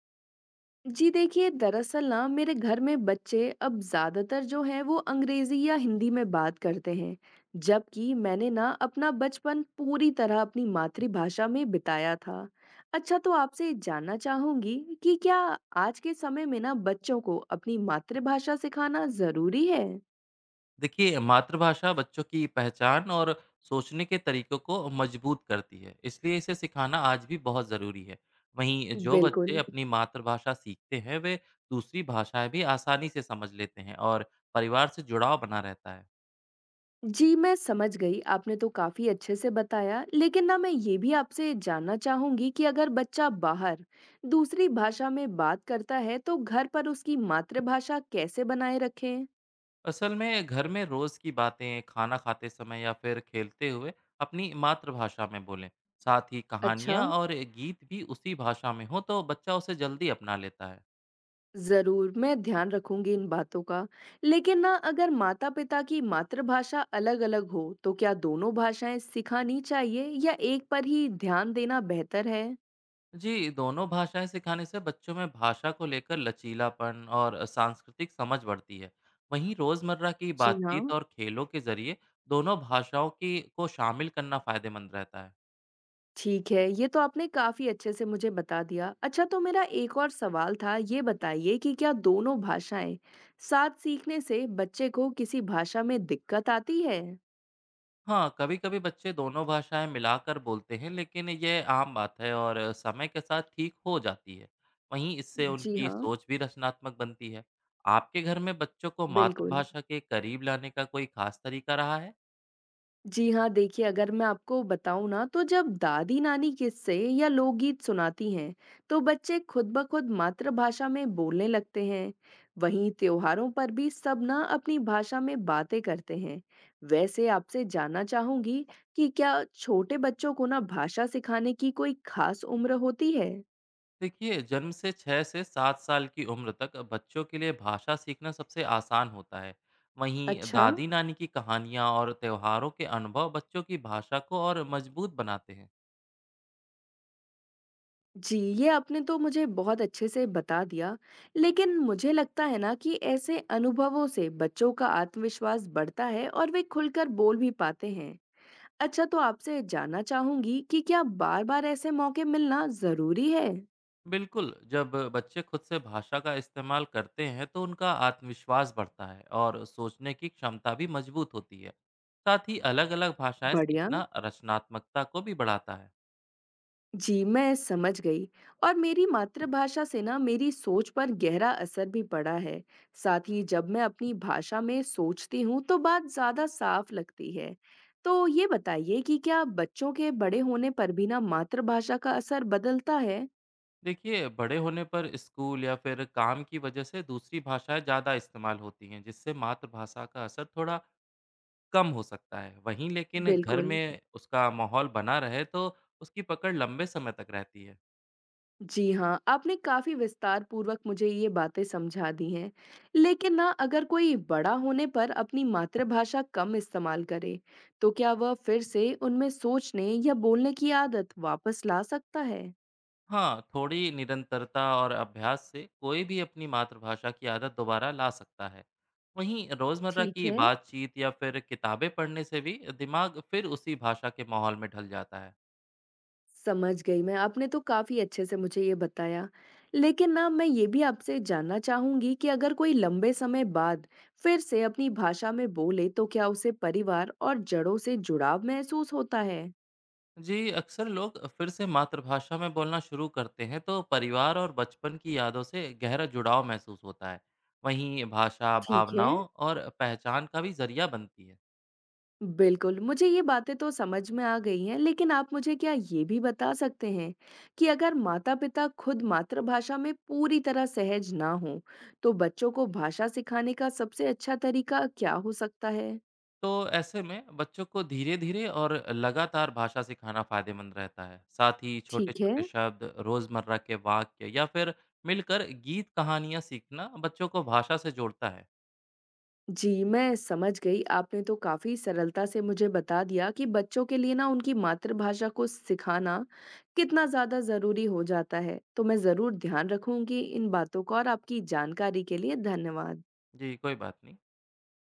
जी देखिए दरअसल ना मेरे घर में बच्चे अब ज़्यादातर जो हैं वो अंग्रेज़ी या हिंदी में बात करते हैं। जबकि मैंने ना अपना बचपन पूरी तरह अपनी मातृभाषा में बिताया था। अच्छा, तो आपसे जानना चाहूंगी कि क्या आज के समय में ना बच्चों को अपनी मातृभाषा सिखाना ज़रूरी है। देखिए, मातृभाषा बच्चों की पहचान और सोचने के तरीकों को मजबूत करती है, इसलिए इसे सिखाना आज भी बहुत ज़रूरी है। वहीं जो बच्चे बिल्कुल। अपनी मातृभाषा सीखते हैं, वे दूसरी भाषाएं भी आसानी से समझ लेते हैं और परिवार से जुड़ाव बना रहता है। जी, मैं समझ गई। आपने तो काफ़ी अच्छे से बताया, लेकिन ना मैं ये भी आपसे जानना चाहूँगी कि अगर बच्चा बाहर दूसरी भाषा में बात करता है, तो घर पर उसकी मातृभाषा कैसे बनाए रखें? असल में घर में रोज़ की बातें खाना खाते समय या फिर खेलते हुए अपनी मातृभाषा में बोलें। साथ ही अच्छा, कहानियाँ और गीत भी उसी भाषा में हो तो बच्चा उसे जल्दी अपना लेता है। ज़रूर, मैं ध्यान रखूँगी इन बातों का। लेकिन ना अगर माता-पिता की मातृभाषा अलग-अलग हो, तो क्या दोनों भाषाएँ सिखानी चाहिए या एक पर ही ध्यान देना बेहतर है? जी, दोनों भाषाएं सिखाने से बच्चों में भाषा को लेकर लचीलापन और सांस्कृतिक समझ बढ़ती है। वहीं रोजमर्रा की जी बातचीत हाँ। और खेलों के जरिए दोनों भाषाओं की को शामिल करना फायदेमंद रहता है। ठीक है, ये तो आपने काफ़ी अच्छे से मुझे बता दिया। अच्छा, तो मेरा एक और सवाल था, ये बताइए कि क्या दोनों भाषाएँ साथ सीखने से बच्चे को किसी भाषा में दिक्कत आती है? हाँ, कभी कभी बच्चे दोनों भाषाएं मिलाकर बोलते हैं, लेकिन यह आम बात है और समय के साथ ठीक हो जाती है। वहीं इससे जी उनकी हाँ, सोच भी रचनात्मक बनती है। आपके घर में बच्चों को बिल्कुल। मातृभाषा के करीब लाने का कोई खास तरीका रहा है? जी हाँ, देखिए अगर मैं आपको बताऊँ ना तो जब दादी-नानी किस्से या लोकगीत सुनाती हैं, तो बच्चे खुद ब खुद मातृभाषा में बोलने लगते हैं। वहीं त्योहारों पर भी सब ना अपनी भाषा में बातें करते हैं। वैसे आपसे जानना चाहूँगी कि क्या छोटे बच्चों को ना भाषा सिखाने की कोई खास उम्र होती है? देखिए, जन्म से 6 से 7 साल की उम्र तक बच्चों के लिए भाषा सीखना सबसे आसान होता है। वहीं अच्छा। दादी नानी की कहानियाँ और त्योहारों के अनुभव बच्चों की भाषा को और मजबूत बनाते हैं। जी, ये आपने तो मुझे बहुत अच्छे से बता दिया, लेकिन मुझे लगता है ना कि ऐसे अनुभवों से बच्चों का आत्मविश्वास बढ़ता है और वे खुलकर बोल भी पाते हैं। अच्छा, तो आपसे जानना चाहूँगी कि क्या बार-बार ऐसे मौके मिलना ज़रूरी है? बिल्कुल, जब बच्चे खुद से भाषा का इस्तेमाल करते हैं तो उनका आत्मविश्वास बढ़ता है और सोचने की क्षमता भी मजबूत होती है। साथ ही अलग अलग भाषाएं बढ़िया। सीखना रचनात्मकता को भी बढ़ाता है। जी मैं समझ गई। और मेरी मातृभाषा से ना मेरी सोच पर गहरा असर भी पड़ा है। साथ ही जब मैं अपनी भाषा में सोचती हूँ तो बात ज्यादा साफ लगती है। तो ये बताइए कि क्या बच्चों के बड़े होने पर भी ना मातृभाषा का असर बदलता है? देखिए, बड़े होने पर स्कूल या फिर काम की वजह से दूसरी भाषाएं ज़्यादा इस्तेमाल होती हैं, जिससे मातृभाषा का असर थोड़ा कम हो सकता है। वहीं लेकिन घर बिल्कुल। में उसका माहौल बना रहे तो उसकी पकड़ लंबे समय तक रहती है। जी हाँ, आपने काफ़ी विस्तार पूर्वक मुझे ये बातें समझा दी हैं। लेकिन ना अगर कोई बड़ा होने पर अपनी मातृभाषा कम इस्तेमाल करे, तो क्या वह फिर से उनमें सोचने या बोलने की आदत वापस ला सकता है? हाँ, थोड़ी निरंतरता और अभ्यास से कोई भी अपनी मातृभाषा की आदत दोबारा ला सकता है। वहीं रोज़मर्रा ठीक की है, बातचीत या फिर किताबें पढ़ने से भी दिमाग फिर उसी भाषा के माहौल में ढल जाता है। समझ गई मैं। आपने तो काफ़ी अच्छे से मुझे ये बताया। लेकिन ना मैं ये भी आपसे जानना चाहूँगी कि अगर कोई लंबे समय बाद फिर से अपनी भाषा में बोले, तो क्या उसे परिवार और जड़ों से जुड़ाव महसूस होता है? जी, अक्सर लोग फिर से मातृभाषा में बोलना शुरू करते हैं तो परिवार और बचपन की यादों से गहरा जुड़ाव महसूस होता है। वहीं भाषा ठीक है। भावनाओं और पहचान का भी जरिया बनती है। बिल्कुल, मुझे ये बातें तो समझ में आ गई हैं, लेकिन आप मुझे क्या ये भी बता सकते हैं कि अगर माता-पिता खुद मातृभाषा में पूरी तरह सहज ना हों, तो बच्चों को भाषा सिखाने का सबसे अच्छा तरीका क्या हो सकता है? तो ऐसे में बच्चों को धीरे धीरे और लगातार भाषा सिखाना फायदेमंद रहता है। साथ ही छोटे ठीक है। छोटे शब्द रोजमर्रा के वाक्य या फिर मिलकर गीत कहानियाँ सीखना बच्चों को भाषा से जोड़ता है। जी, मैं समझ गई। आपने तो काफ़ी सरलता से मुझे बता दिया कि बच्चों के लिए ना उनकी मातृभाषा को सिखाना कितना ज़्यादा ज़रूरी हो जाता है। तो मैं ज़रूर ध्यान रखूँगी इन बातों का और आपकी जानकारी के लिए धन्यवाद। जी, कोई बात नहीं।